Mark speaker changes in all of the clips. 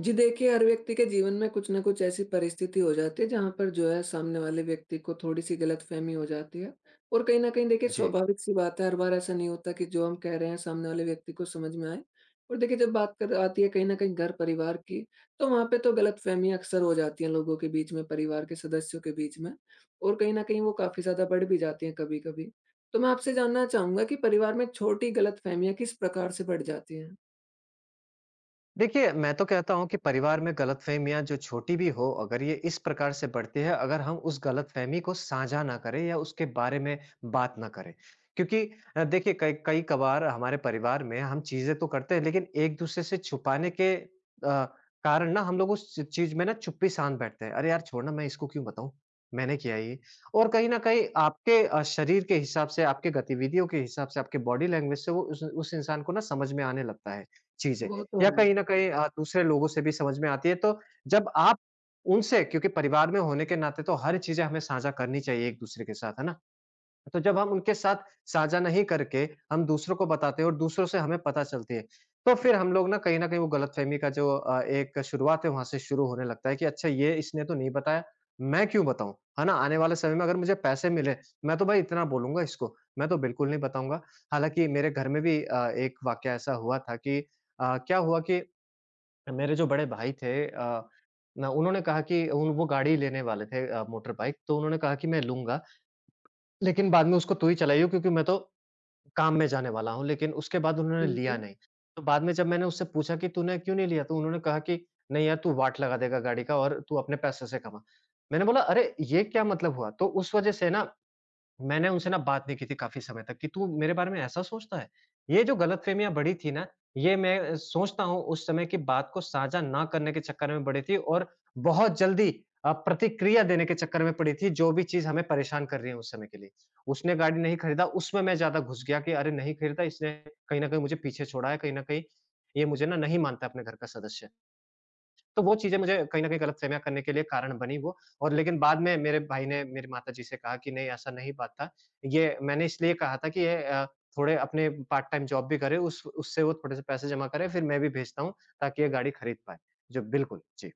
Speaker 1: जी देखिए, हर व्यक्ति के जीवन में कुछ न कुछ ऐसी परिस्थिति हो जाती है जहाँ पर जो है सामने वाले व्यक्ति को थोड़ी-सी गलतफ़हमी हो जाती है। और कहीं न कहीं देखिए
Speaker 2: जी।
Speaker 1: स्वाभाविक-सी बात है हर बार ऐसा नहीं होता कि जो हम कह रहे हैं सामने वाले व्यक्ति को समझ में आए। और देखिए जब बात कर आती है कहीं न कहीं घर-परिवार की तो वहाँ पे तो गलतफ़हमियाँ अक्सर हो जाती हैं लोगों के बीच में, परिवार के सदस्यों के बीच में। और कहीं न कहीं वो काफ़ी ज़्यादा बढ़ भी जाती हैं कभी-कभी। तो मैं आपसे जानना चाहूँगा कि परिवार में छोटी गलतफ़हमियाँ किस प्रकार से बढ़ जाती हैं?
Speaker 2: देखिए, मैं तो कहता हूँ कि परिवार में गलतफ़हमियाँ जो छोटी भी हो, अगर ये इस प्रकार से बढ़ती है, अगर हम उस गलतफ़हमी को साझा ना करें या उसके बारे में बात ना करें। क्योंकि देखिए कई कई कभार हमारे परिवार में हम चीज़ें तो करते हैं, लेकिन एक-दूसरे से छुपाने के कारण ना हम लोग उस च चीज़ में ना चुप्पी साध बैठते हैं। अरे यार! छोड़ ना, मैं इसको क्यों बताऊँ? मैंने किया ये। और कहीं न कहीं आपके शरीर के हिसाब से, आपके गतिविधियों के हिसाब से, आपके बॉडी लैंग्वेज से वो उस इंसान को ना समझ में आने लगता है, चीज़ें।
Speaker 1: वो तो
Speaker 2: या
Speaker 1: है।
Speaker 2: कहीं न कहीं दूसरे लोगों से भी समझ में आती है। तो जब आप उनसे क्योंकि परिवार में होने के नाते तो हर चीज़ें हमें साझा करनी चाहिए एक-दूसरे के साथ, है ना? तो जब हम उनके साथ साझा नहीं करके हम दूसरों को बताते हैं और दूसरों से हमें पता चलती है, तो फिर हम लोग ना कहीं न कहीं वो गलतफ़हमी का जो एक शुरुआत है, वहाँ से शुरू होने लगता है कि अच्छा ये इसने तो नहीं बताया, मैं क्यों बताऊँ? है ना? आने वाले समय में अगर मुझे पैसे मिले, मैं तो भाई इतना बोलूँगा इसको, मैं तो बिल्कुल नहीं बताऊँगा। हालाँकि मेरे घर में भी एक वाक़या ऐसा हुआ था कि क्या हुआ कि मेरे जो बड़े भाई थे ना उन्होंने कहा कि उन वो गाड़ी लेने वाले थे मोटर बाइक, तो उन्होंने कहा कि मैं लूँगा, लेकिन बाद में उसको तू ही चलाइयो क्योंकि मैं तो काम में जाने वाला हूँ, लेकिन उसके बाद उन्होंने लिया
Speaker 1: बिल्कुल।
Speaker 2: नहीं। तो बाद में जब मैंने उससे पूछा कि तूने क्यों नहीं लिया? तो उन्होंने कहा कि नहीं यार, तू वाट लगा देगा गाड़ी का और तू अपने पैसे से कमा। मैंने बोला अरे! ये क्या मतलब हुआ? तो उस वज़ह से ना मैंने उनसे ना बात नहीं की थी काफ़ी समय तक कि तू मेरे बारे में ऐसा सोचता है? ये जो गलतफ़हमियाँ बढ़ी थी ना, ये मैं सोचता हूँ उस समय की बात को साझा ना करने के चक्कर में बढ़ी थी और बहुत जल्दी प्रतिक्रिया देने के चक्कर में पड़ी थी, जो भी चीज़ हमें परेशान कर रही है उस समय के लिए। उसने गाड़ी नहीं खरीदा, उसमें मैं ज़्यादा घुस गया कि अरे नहीं खरीदा इसने, कहीं न कहीं मुझे पीछे छोड़ा है, कहीं न कहीं ये मुझे ना नहीं मानता अपने घर का सदस्य। तो वो चीज़ें मुझे कहीं न कहीं गलतफ़हमियाँ करने के लिए कारण बनी वो, और लेकिन बाद में मेरे भाई ने मेरी माताजी से कहा कि नहीं, ऐसा नहीं बात था। ये मैंने इसलिए कहा था कि ये थोड़े अपने पार्ट टाइम जॉब भी करे, उस उससे वो थोड़े से पैसे जमा करे, फिर मैं भी भेजता हूँ ताकि ये गाड़ी खरीद पाए। जी, बिल्कुल। जी।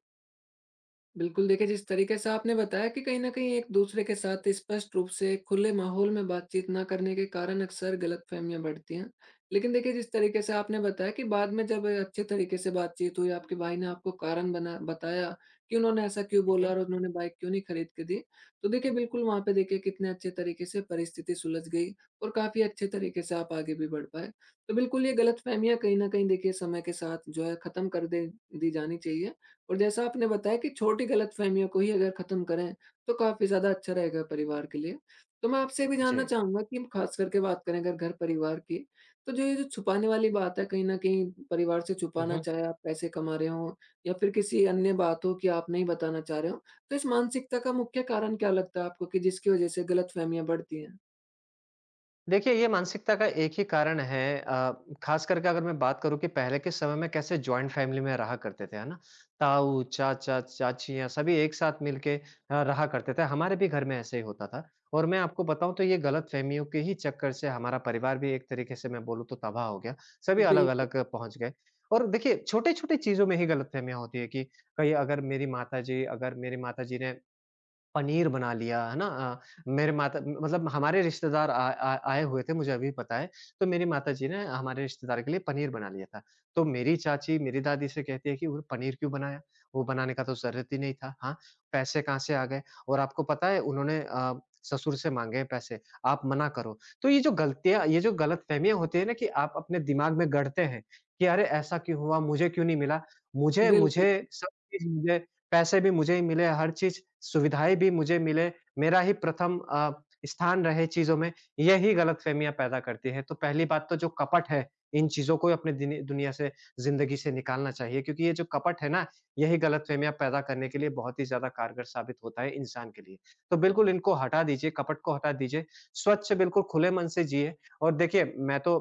Speaker 1: बिल्कुल, देखिए जिस तरीके से आपने बताया कि कहीं न कहीं एक-दूसरे के साथ स्पष्ट रूप से खुले माहौल में बातचीत ना करने के कारण अक्सर गलतफ़हमियाँ बढ़ती हैं। लेकिन देखिए जिस तरीके से आपने बताया कि बाद में जब अच्छे तरीके से बातचीत हुई, आपके भाई ने आपको कारण बना बताया कि उन्होंने ऐसा क्यों
Speaker 2: हुँ,
Speaker 1: बोला
Speaker 2: हुँ।
Speaker 1: और उन्होंने बाइक क्यों नहीं खरीद के दी। तो देखिए बिल्कुल वहाँ पे देखिए कितने अच्छे तरीके से परिस्थिति सुलझ गई और काफ़ी अच्छे तरीके से आप आगे भी बढ़ पाए। तो बिल्कुल ये गलतफ़हमियाँ कहीं न कहीं देखिए समय के साथ जो है ख़त्म कर दे दी जानी चाहिए। और जैसा आपने बताया कि छोटी गलतफ़हमियों को ही अगर ख़त्म करें, तो काफ़ी ज़्यादा अच्छा रहेगा परिवार के लिए। तो मैं आपसे ये भी जानना
Speaker 2: जी।
Speaker 1: चाहूँगा कि हम ख़ास करके बात करें अगर घर-परिवार की, तो जो ये जो छुपाने वाली बात है कहीं न कहीं परिवार से
Speaker 2: हुँ,
Speaker 1: छुपाना,
Speaker 2: हुँ।
Speaker 1: चाहे आप पैसे कमा रहे हों या फिर किसी अन्य बात हो कि आप नहीं बताना चाह रहे हो, तो इस मानसिकता का मुख्य कारण क्या लगता है आपको कि जिसकी वज़ह से गलतफ़हमियाँ बढ़ती हैं?
Speaker 2: देखिए, ये मानसिकता का एक ही कारण है। ख़ास करके अगर मैं बात करूँ कि पहले के समय में कैसे जॉइंट फ़ैमिली में रहा करते थे, है ना? ताऊ, चाचा, चाचियाँ सभी एक साथ मिल के रहा करते थे। हमारे भी घर में ऐसे ही होता था और मैं आपको बताऊँ तो ये गलतफ़हमियों के ही चक्कर से हमारा परिवार भी एक तरीके से मैं बोलूँ तो तबाह हो गया। सभी
Speaker 1: बिल्कुल,
Speaker 2: अलग-अलग पहुँच गए और देखिए छोटे-छोटे चीज़ों में ही गलतफ़हमियाँ होती हैं कि कहीं अगर मेरी माताजी ने पनीर बना लिया, है ना? मेरे माता मतलब हमारे रिश्तेदार आ आ आए हुए थे, मुझे अभी पता है। तो मेरी माताजी ने हमारे रिश्तेदार के लिए पनीर बना लिया था। तो मेरी चाची, मेरी दादी से कहती है कि, "वो पनीर क्यों बनाया? वो बनाने का तो ज़रूरत ही नहीं था। हाँ, पैसे कहाँ से आ गए? और आपको पता है उन्होंने ससुर से माँगे हैं पैसे, आप मना करो।" तो ये जो गलतफ़हमियाँ होती हैं ना कि आप अपने दिमाग में गढ़ते हैं कि अरे! ऐसा क्यों हुआ? मुझे क्यों नहीं मिला? मुझे मुझे
Speaker 1: बिल्कुल।
Speaker 2: सब चीज़, मुझे पैसे भी मुझे ही मिले, हर चीज़ सुविधाएँ भी मुझे मिले, मेरा ही प्रथम स्थान रहे चीज़ों में, यही गलतफ़हमियाँ पैदा करती हैं। तो पहली बात तो जो कपट है, इन चीज़ों को अपने दिनी दुनिया से, ज़िंदगी से निकालना चाहिए क्योंकि ये जो कपट है ना, यही गलतफ़हमियाँ पैदा करने के लिए बहुत ही ज़्यादा कारगर साबित होता है इंसान के लिए। तो बिल्कुल इनको हटा दीजिए, कपट को हटा दीजिए, स्वच्छ बिल्कुल खुले मन से जिए। और देखिए मैं तो,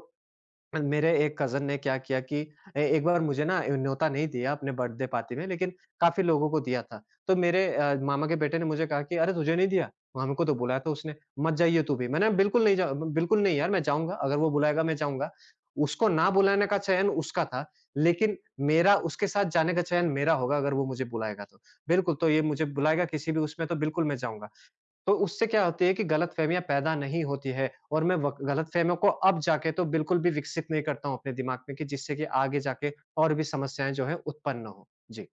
Speaker 2: मेरे एक कज़न ने क्या किया कि ए एक बार मुझे ना ए न्योता नहीं दिया अपने बर्थडे पार्टी में, लेकिन काफ़ी लोगों को दिया था। तो मेरे मामा के बेटे ने मुझे कहा कि, "अरे! तुझे नहीं दिया? हमको तो बुलाया था उसने, मत जाइए तू भी।" मैंने बिल्कुल नहीं, यार, मैं जाऊँगा, अगर वो बुलाएगा मैं जाऊँगा। उसको ना बुलाने का चयन उसका था, लेकिन मेरा उसके साथ जाने का चयन मेरा होगा अगर वो मुझे बुलाएगा तो। बिल्कुल, तो ये मुझे बुलाएगा किसी भी उसमें, तो बिल्कुल मैं जाऊँगा। तो उससे क्या होती है कि गलतफ़हमियाँ पैदा नहीं होती है और मैं वक गलतफ़हमियों को अब जाके तो बिल्कुल भी विकसित नहीं करता हूँ अपने दिमाग में, कि जिससे कि आगे जाके और भी समस्याएँ जो हैं उत्पन्न हो। जी।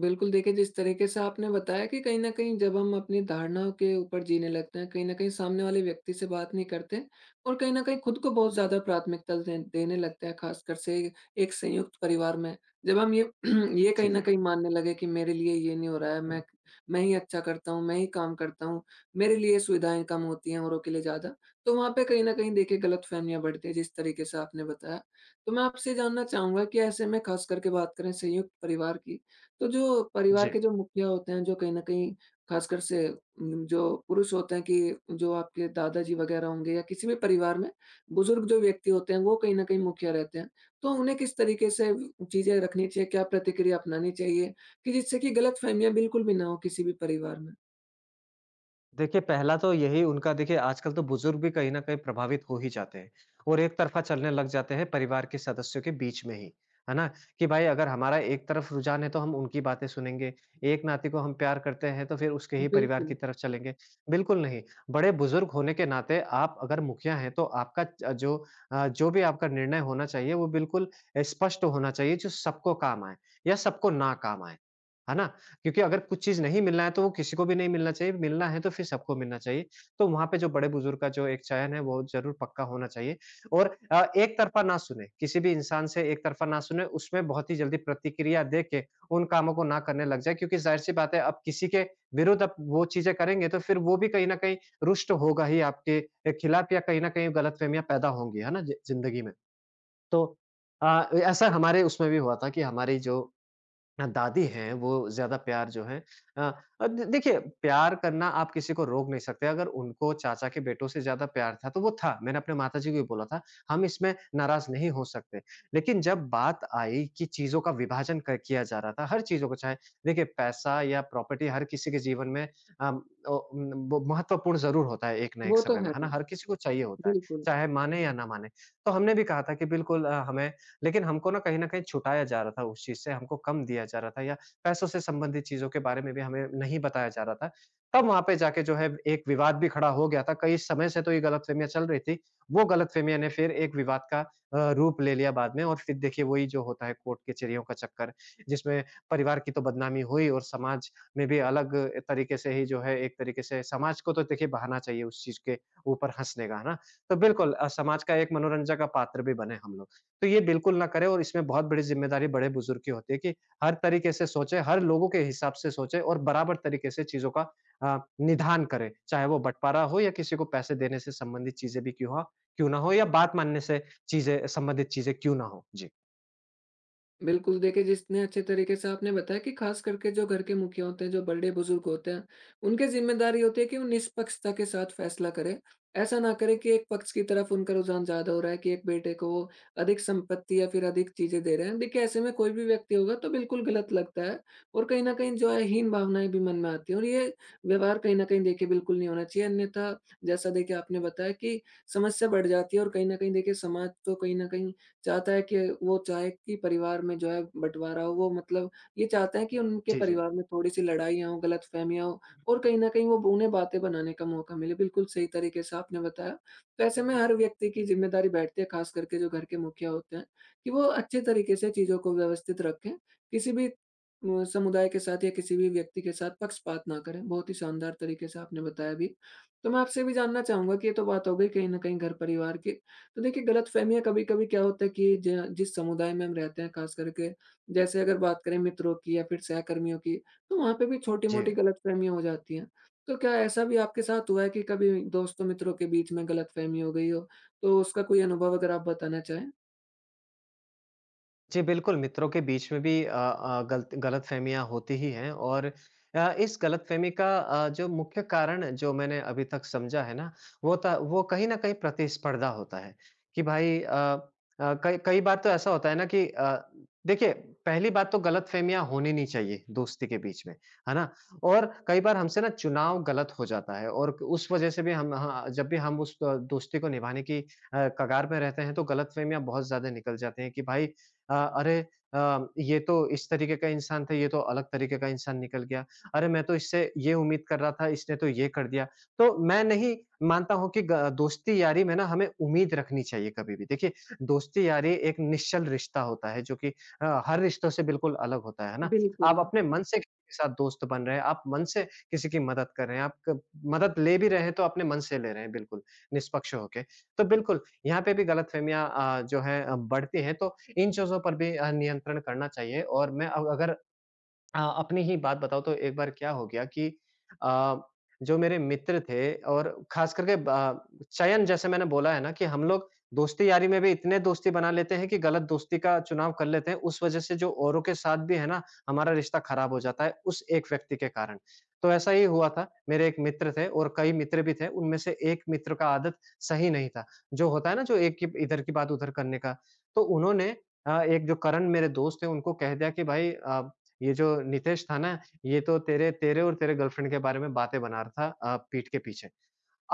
Speaker 1: बिल्कुल, देखिए जिस तरीके से आपने बताया कि कहीं न कहीं जब हम अपनी धारणाओं के ऊपर जीने लगते हैं, कहीं न कहीं सामने वाले व्यक्ति से बात नहीं करते और कहीं न कहीं खुद को बहुत ज़्यादा प्राथमिकता दे देने लगते हैं, ख़ासकर से एक संयुक्त परिवार में। जब हम ये ये
Speaker 2: जी,
Speaker 1: कहीं न
Speaker 2: जी।
Speaker 1: कहीं मानने लगे कि मेरे लिए ये नहीं हो रहा है, मैं ही अच्छा करता हूँ, मैं ही काम करता हूँ, मेरे लिए सुविधाएँ कम होती हैं औरों के लिए ज़्यादा, तो वहाँ पे कहीं न कहीं देखिए गलतफ़हमियाँ बढ़ती हैं, जिस तरीके से आपने बताया। तो मैं आपसे जानना चाहूँगा कि ऐसे में ख़ास करके बात करें संयुक्त परिवार की, तो जो परिवार
Speaker 2: जी।
Speaker 1: के जो मुखिया होते हैं, जो कहीं न कहीं ख़ासकर से जो पुरुष होते हैं कि जो आपके दादाजी वग़ैरह होंगे या किसी भी परिवार में बुज़ुर्ग जो व्यक्ति होते हैं, वो कहीं न कहीं मुखिया रहते हैं। तो उन्हें किस तरीके से चीज़ें रखनी चाहिए, क्या प्रतिक्रिया अपनानी चाहिए कि जिससे कि गलतफ़हमियाँ बिल्कुल भी ना हो किसी भी परिवार में?
Speaker 2: देखिए, पहला तो यही उनका, देखिए आजकल तो बुज़ुर्ग भी कहीं न कहीं प्रभावित हो ही जाते हैं और एक तरफ़ा चलने लग जाते हैं परिवार के सदस्यों के बीच में ही, है ना? कि भाई अगर हमारा एक तरफ रुझान है तो हम उनकी बातें सुनेंगे, एक नाते को हम प्यार करते हैं तो फिर उसके ही परिवार की
Speaker 1: बिल्कुल,
Speaker 2: तरफ चलेंगे। बिल्कुल नहीं, बड़े बुज़ुर्ग होने के नाते आप अगर मुखिया हैं तो आपका च जो, जो भी आपका निर्णय होना चाहिए वो बिल्कुल स्पष्ट होना चाहिए, जो सबको काम आए या सबको ना काम आए, है ना? क्योंकि अगर कुछ चीज़ नहीं मिलना है, तो वो किसी को भी नहीं मिलना चाहिए, मिलना है तो फिर सबको मिलना चाहिए। तो वहाँ पे जो बड़े-बुज़ुर्ग का जो एक चयन है, वो ज़रूर पक्का होना चाहिए और एक तरफ़ा ना सुने, किसी भी इंसान से एक तरफ़ा ना सुने, उसमें बहुत ही जल्दी प्रतिक्रिया दे के उन कामों को ना करने लग जाएँ, क्योंकि ज़ाहिर-सी बात है, अब किसी के विरुद्ध आप वो चीज़ें करेंगे, तो फिर वो भी कहीं न कहीं रुष्ट होगा ही आपके खिलाफ़ या कहीं न कहीं गलतफ़हमियाँ पैदा होंगी, है ना? ज़िंदगी में। तो अ, ऐसा हमारे उसमें भी हुआ था कि हमारी जो, हाँ, दादी हैं, वो ज़्यादा प्यार जो है, अ अ, द देखिए प्यार करना आप किसी को रोक नहीं सकते, अगर उनको चाचा के बेटों से ज़्यादा प्यार था, तो वो था। मैंने अपने माताजी को भी बोला था, हम इसमें नाराज़ नहीं हो सकते। लेकिन जब बात आई कि चीज़ों का विभाजन क किया जा रहा था, हर चीज़ों को, चाहे देखिए पैसा या प्रॉपर्टी हर किसी के जीवन में अम, वो महत्वपूर्ण ज़रूर होता है एक ना एक
Speaker 1: वो तो
Speaker 2: समय में,
Speaker 1: है,
Speaker 2: है ना? हर किसी को चाहिए होता है,
Speaker 1: बिल्कुल।
Speaker 2: चाहे माने या ना माने। तो हमने भी कहा था कि बिल्कुल हमें, लेकिन हमको ना कहीं न कहीं छुटाया जा रहा था उस चीज़ से, हमको कम दिया जा रहा था, या पैसों से संबंधित चीज़ों के बारे में भी हमें नहीं बताया जा रहा था। तब वहाँ पे जाके जो है एक विवाद भी खड़ा हो गया था, कई समय से तो ये गलतफ़हमियाँ चल रही थी, वो गलतफ़हमियाँ ने फिर एक विवाद का रूप ले लिया बाद में, और फिर देखिए वही जो होता है कोर्ट कचहरियों का चक्कर, जिसमें परिवार की तो बदनामी हुई और समाज में भी अलग तरीके से ही जो है, एक तरीके से समाज को तो देखिए बहाना चाहिए उस चीज़ के ऊपर हँसने का, है ना? तो बिल्कुल समाज का एक मनोरंजन का पात्र भी बने हम लोग। तो ये बिल्कुल ना करें, और इसमें बहुत बड़ी ज़िम्मेदारी बड़े-बुज़ुर्ग की होती है कि हर तरीके से सोचें, हर लोगों के हिसाब से सोचें और बराबर तरीके से चीज़ों का निदान करें। चाहे वो बँटवारा हो या किसी को पैसे देने से संबंधित चीज़ें भी क्यों ना हो या बात मानने से चीज़ें संबंधित चीज़ें क्यों ना हो। जी।
Speaker 1: बिल्कुल, देखिए जितने अच्छे तरीके से आपने बताया कि ख़ास करके जो घर के मुखिया होते हैं, जो बड़े-बुज़ुर्ग होते हैं, उनकी ज़िम्मेदारी होती है कि वो निष्पक्षता के साथ फ़ैसला करें। ऐसा ना करें कि एक पक्ष की तरफ उनका रुझान ज़्यादा हो रहा है कि एक बेटे को वो अधिक संपत्ति या फिर अधिक चीज़ें दे रहे हैं। देखिए ऐसे में कोई भी व्यक्ति होगा तो बिल्कुल गलत लगता है और कहीं न कहीं जो है हीन भावनाएँ भी मन में आती हैं और ये व्यवहार कहीं न कहीं देखिए बिल्कुल नहीं होना चाहिए। अन्यथा जैसा देखिए आपने बताया कि समस्या बढ़ जाती है और कहीं न कहीं देखिए समाज तो कहीं न कहीं चाहता है कि वो चाहे कि परिवार में जो है बँटवारा हो, वो मतलब ये चाहता है कि उनके
Speaker 2: जी, जी।
Speaker 1: परिवार में थोड़ी-सी लड़ाइयाँ हों, ग़लतफ़हमियाँ हों और कहीं न कहीं वो उन्हें बातें बनाने का मौका मिले। बिल्कुल सही तरीके से आपने बताया। तो ऐसे में हर व्यक्ति की ज़िम्मेदारी बैठती है, ख़ास करके जो घर के मुखिया होते हैं, कि वो अच्छे तरीके से चीज़ों को व्यवस्थित रखें। किसी भी समुदाय के साथ या किसी भी व्यक्ति के साथ पक्षपात ना करें। बहुत ही शानदार तरीके से आपने बताया भी। तो मैं आपसे भी जानना चाहूँगा कि ये तो बात हो गई कहीं न कहीं घर परिवार की। तो देखिए गलतफ़हमियाँ कभी-कभी क्या होता है कि ज जिस समुदाय में हम रहते हैं ख़ास करके जैसे अगर बात करें मित्रों की या फिर सहकर्मियों की, तो वहाँ पे भी
Speaker 2: जी।
Speaker 1: छोटी-मोटी गलतफ़हमियाँ हो जाती हैं। तो क्या ऐसा भी आपके साथ हुआ है कि कभी दोस्तों मित्रों के बीच में गलतफ़हमी हो गई हो? तो उसका कोई अनुभव अगर आप बताना चाहें?
Speaker 2: जी, बिल्कुल, मित्रों के बीच में भी गलतफ़हमियाँ होती ही हैं, और इस गलतफ़हमी का जो मुख्य कारण जो मैंने अभी तक समझा है ना, वो कहीं न कहीं प्रतिस्पर्धा होता है, कि भाई कई कई बार तो ऐसा होता है ना कि देखिए पहली बात तो गलतफ़हमियाँ होनी नहीं चाहिए दोस्ती के बीच में, है ना? और कई बार हमसे ना चुनाव गलत हो जाता है और उस वज़ह से भी हम हाँ, जब भी हम उस दोस्ती को निभाने की कगार पे रहते हैं, तो गलतफ़हमियाँ बहुत ज़्यादा निकल जाती हैं कि भाई अरे, ये तो इस तरीके का इंसान था, ये तो अलग तरीके का इंसान निकल गया। अरे मैं तो इससे ये उम्मीद कर रहा था, इसने तो ये कर दिया। तो मैं नहीं मानता हूँ कि ग दोस्ती-यारी में ना हमें उम्मीद रखनी चाहिए कभी भी। देखिए, दोस्ती-यारी एक निश्चल रिश्ता होता है जो कि हर रिश्तों से बिल्कुल अलग होता है ना? आप
Speaker 1: बिल्कुल,
Speaker 2: अपने मन से किसी के साथ दोस्त बन रहे हैं, आप मन से किसी की मदद कर रहे हैं, आप क मदद ले भी रहे हैं तो अपने मन से ले रहे हैं बिल्कुल, निष्पक्ष होके। तो बिल्कुल, यहाँ पे भी गलतफ़हमियाँ जो है बढ़ती हैं तो इन चीज़ों पर भी नियंत्रण करना चाहिए और मैं अगर अपनी ही बात बताऊँ तो एक बार क्या हो गया कि अ, जो मेरे मित्र थे और ख़ास करके ब चयन जैसे मैंने बोला है ना कि हम लोग दोस्ती-यारी में भी इतने दोस्ती बना लेते हैं कि गलत दोस्ती का चुनाव कर लेते हैं। उस वज़ह से जो औरों के साथ भी है ना, हमारा रिश्ता ख़राब हो जाता है उस एक व्यक्ति के कारण। तो ऐसा ही हुआ था, मेरे एक मित्र थे और कई मित्र भी थे, उनमें से एक मित्र का आदत सही नहीं था। जो होता है ना जो एक की इधर की बात उधर करने का। तो उन्होंने एक जो करण मेरे दोस्त थे उनको कह दिया कि भाई ये जो नितेश था ना, ये तो तेरे तेरे और तेरे गर्लफ्रेंड के बारे में बातें बना रहा था पीठ के पीछे।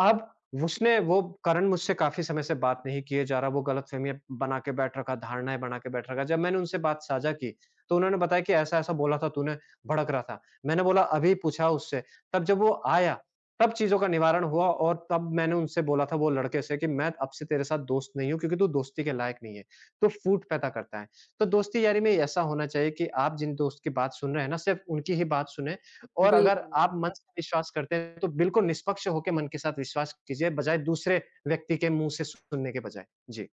Speaker 2: अब उसने वो कारण मुझसे काफ़ी समय से बात नहीं किए जा रहा, वो गलतफ़हमियाँ बना के बैठ रखा, धारणाएँ बना के बैठ रखा। जब मैंने उनसे बात साझा की, तो उन्होंने बताया कि ऐसा-ऐसा बोला था तूने, भड़क रहा था। मैंने बोला अभी पूछा उससे, तब जब वो आया, तब चीज़ों का निवारण हुआ और तब मैंने उनसे बोला था वो लड़के से कि मैं अब से तेरे साथ दोस्त नहीं हूँ क्योंकि तू दोस्ती के लायक नहीं है। तू फूट पैदा करता है। तो दोस्ती यारी में ऐसा होना चाहिए कि आप जिन दोस्त की बात सुन रहे हैं ना, सिर्फ़ उनकी ही बात सुनें और अगर
Speaker 1: बिल्कुल।
Speaker 2: आप मन से विश्वास करते हैं तो बिल्कुल निष्पक्ष होके मन के साथ विश्वास कीजिए, बजाए दूसरे व्यक्ति के मुँह से सुनने के बजाय। जी।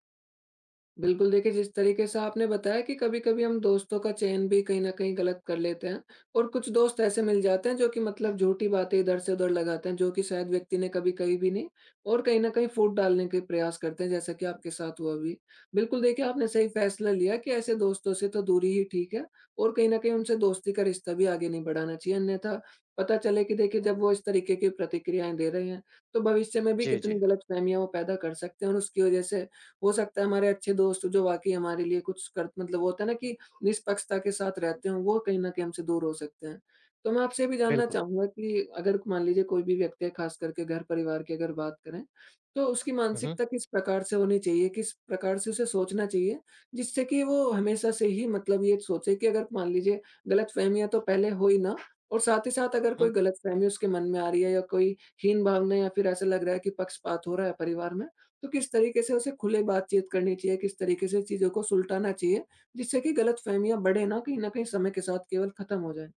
Speaker 1: बिल्कुल, देखिए जिस तरीके से आपने बताया कि कभी-कभी हम दोस्तों का चयन भी कहीं न कहीं गलत कर लेते हैं और कुछ दोस्त ऐसे मिल जाते हैं जो कि मतलब झूठी बातें इधर से उधर लगाते हैं, जो कि शायद व्यक्ति ने कभी कही भी नहीं और कहीं न कहीं फूट डालने के प्रयास करते हैं, जैसा कि आपके साथ हुआ भी। बिल्कुल देखिए, आपने सही फैसला लिया कि ऐसे दोस्तों से तो दूरी ही ठीक है और कहीं न कहीं उनसे दोस्ती का रिश्ता भी आगे नहीं बढ़ाना चाहिए, अन्यथा पता चले कि देखिए जब वो इस तरीके की प्रतिक्रियाएँ दे रहे हैं, तो भविष्य में भी
Speaker 2: जी,
Speaker 1: कितनी
Speaker 2: जी।
Speaker 1: गलतफ़हमियाँ वो पैदा कर सकते हैं और उसकी वजह से हो सकता है हमारे अच्छे दोस्त जो वाक़ई हमारे लिए कुछ कर मतलब होता है ना कि निष्पक्षता के साथ रहते हों, वो कहीं न कहीं हमसे दूर हो सकते हैं। तो मैं आपसे ये भी जानना
Speaker 2: बिल्कुल।
Speaker 1: चाहूँगा कि अगर मान लीजिए कोई भी व्यक्ति है, ख़ास करके घर परिवार की अगर बात करें, तो उसकी
Speaker 2: हुँ, हुँ।
Speaker 1: मानसिकता किस प्रकार से होनी चाहिए? किस प्रकार से उसे सोचना चाहिए, जिससे कि वो हमेशा से ही मतलब ये सोचे कि अगर मान लीजिए गलतफ़हमियाँ तो पहले हो ही ना और साथ ही साथ अगर
Speaker 2: हुँ,
Speaker 1: कोई गलतफ़हमी उसके मन में आ रही है या कोई हीन भावना या फिर ऐसा लग रहा है कि पक्षपात हो रहा है परिवार में, तो किस तरीके से उसे खुले बातचीत करनी चाहिए, किस तरीके से चीज़ों को सुलटाना चाहिए, जिससे कि गलतफ़हमियाँ बढ़े ना, कहीं न कहीं समय के साथ केवल खत्म हो जाएँ।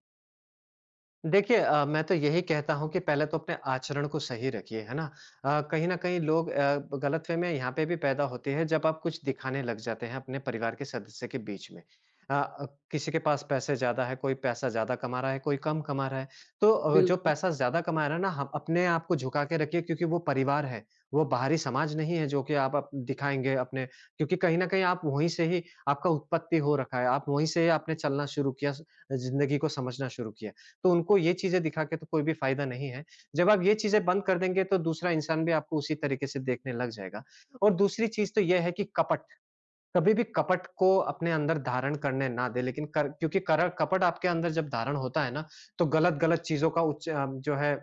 Speaker 2: देखिए मैं तो यही कहता हूँ कि पहले तो अपने आचरण को सही रखिए, है ना? कहीं न कहीं लोग गलतफ़हमियाँ यहाँ पे भी पैदा होती है जब आप कुछ दिखाने लग जाते हैं अपने परिवार के सदस्य के बीच में। अ अ, किसी के पास पैसे ज़्यादा है, कोई पैसा ज़्यादा कमा रहा है, कोई कम कमा रहा है। तो जो
Speaker 1: बिल्कुल,
Speaker 2: पैसा ज़्यादा कमा रहा है ना, हम अपने आप को झुका के रखिए क्योंकि वो परिवार है, वो बाहरी समाज नहीं है जो कि आप दिखाएँगे अपने क्योंकि कहीं न कहीं आप वहीं से ही आपका उत्पत्ति हो रखा है, आप वहीं से ही आपने चलना शुरू किया, ज़िंदगी को समझना शुरू किया। तो उनको ये चीज़ें दिखा के तो कोई भी फ़ायदा नहीं है। जब आप ये चीज़ें बंद कर देंगे तो दूसरा इंसान भी आपको उसी तरीके से देखने लग जाएगा। और दूसरी चीज़ तो ये है कि कपट, कभी भी कपट को अपने अंदर धारण करने ना दें लेकिन कर क्योंकि कर कपट आपके अंदर जब धारण होता है ना, तो गलत-गलत चीज़ों का जो है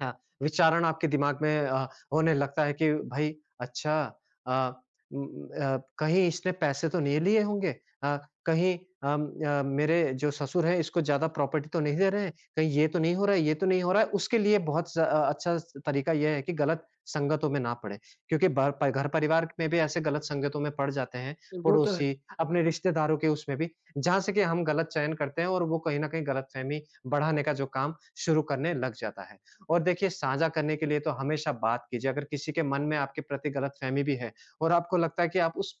Speaker 2: हाँ, विचारण आपके दिमाग में होने लगता है कि भाई अच्छा, अ, कहीं इसने पैसे तो नहीं लिए होंगे? अ, कहीं मेरे जो ससुर हैं इसको ज़्यादा प्रॉपर्टी तो नहीं दे रहे हैं? कहीं ये तो नहीं हो रहा है, ये तो नहीं हो रहा है? उसके लिए बहुत अच्छा तरीका ये है कि गलत संगतों में ना पड़े, क्योंकि बर प घर-परिवार में भी ऐसे गलत संगतों में पड़ जाते हैं,
Speaker 1: तो वो तो है।
Speaker 2: पड़ोसी, अपने रिश्तेदारों के उसमें भी, जहाँ से कि हम गलत चयन करते हैं और वो कहीं न कहीं गलतफ़हमी बढ़ाने का जो काम शुरू करने लग जाता है। और देखिए साझा करने के लिए तो हमेशा बात कीजिए। अगर किसी के मन में आपके प्रति गलतफ़हमी भी है और आपको लगता है कि आप उस क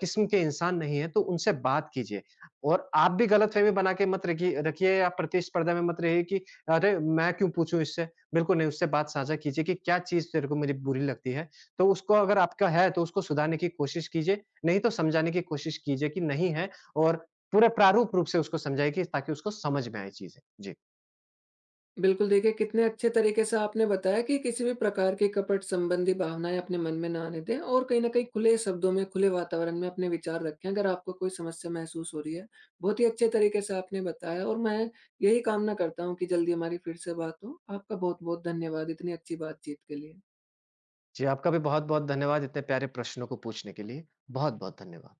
Speaker 2: किस्म के इंसान नहीं हैं, तो उनसे बात कीजिए और आप भी गलतफ़हमी बना के मत रखिए रखिए या प्रतिस्पर्धा में मत रहिए कि अरे! मैं क्यों पूछूँ इससे? बिल्कुल नहीं, उससे बात साझा कीजिए कि क्या चीज़ तेरे को मेरी बुरी लगती है। तो उसको अगर आपका है तो उसको सुधारने की कोशिश कीजिए, नहीं तो समझाने की कोशिश कीजिए कि नहीं है और पूरे प्रारूप रूप से उसको समझाइए कि ताकि उसको समझ में आए चीज़ें। जी।
Speaker 1: बिल्कुल, देखिए कितने अच्छे तरीके से आपने बताया कि किसी भी प्रकार की कपट संबंधी भावनाएँ अपने मन में ना आने दें और कहीं न कहीं खुले शब्दों में, खुले वातावरण में अपने विचार रखें, अगर आपको कोई समस्या महसूस हो रही है। बहुत ही अच्छे तरीके से आपने बताया और मैं यही कामना करता हूँ कि जल्दी हमारी फिर से बात हो। आपका बहुत-बहुत धन्यवाद इतनी अच्छी बातचीत के लिए।
Speaker 2: जी, आपका भी बहुत-बहुत धन्यवाद इतने प्यारे प्रश्नों को पूछने के लिए। बहुत-बहुत धन्यवाद।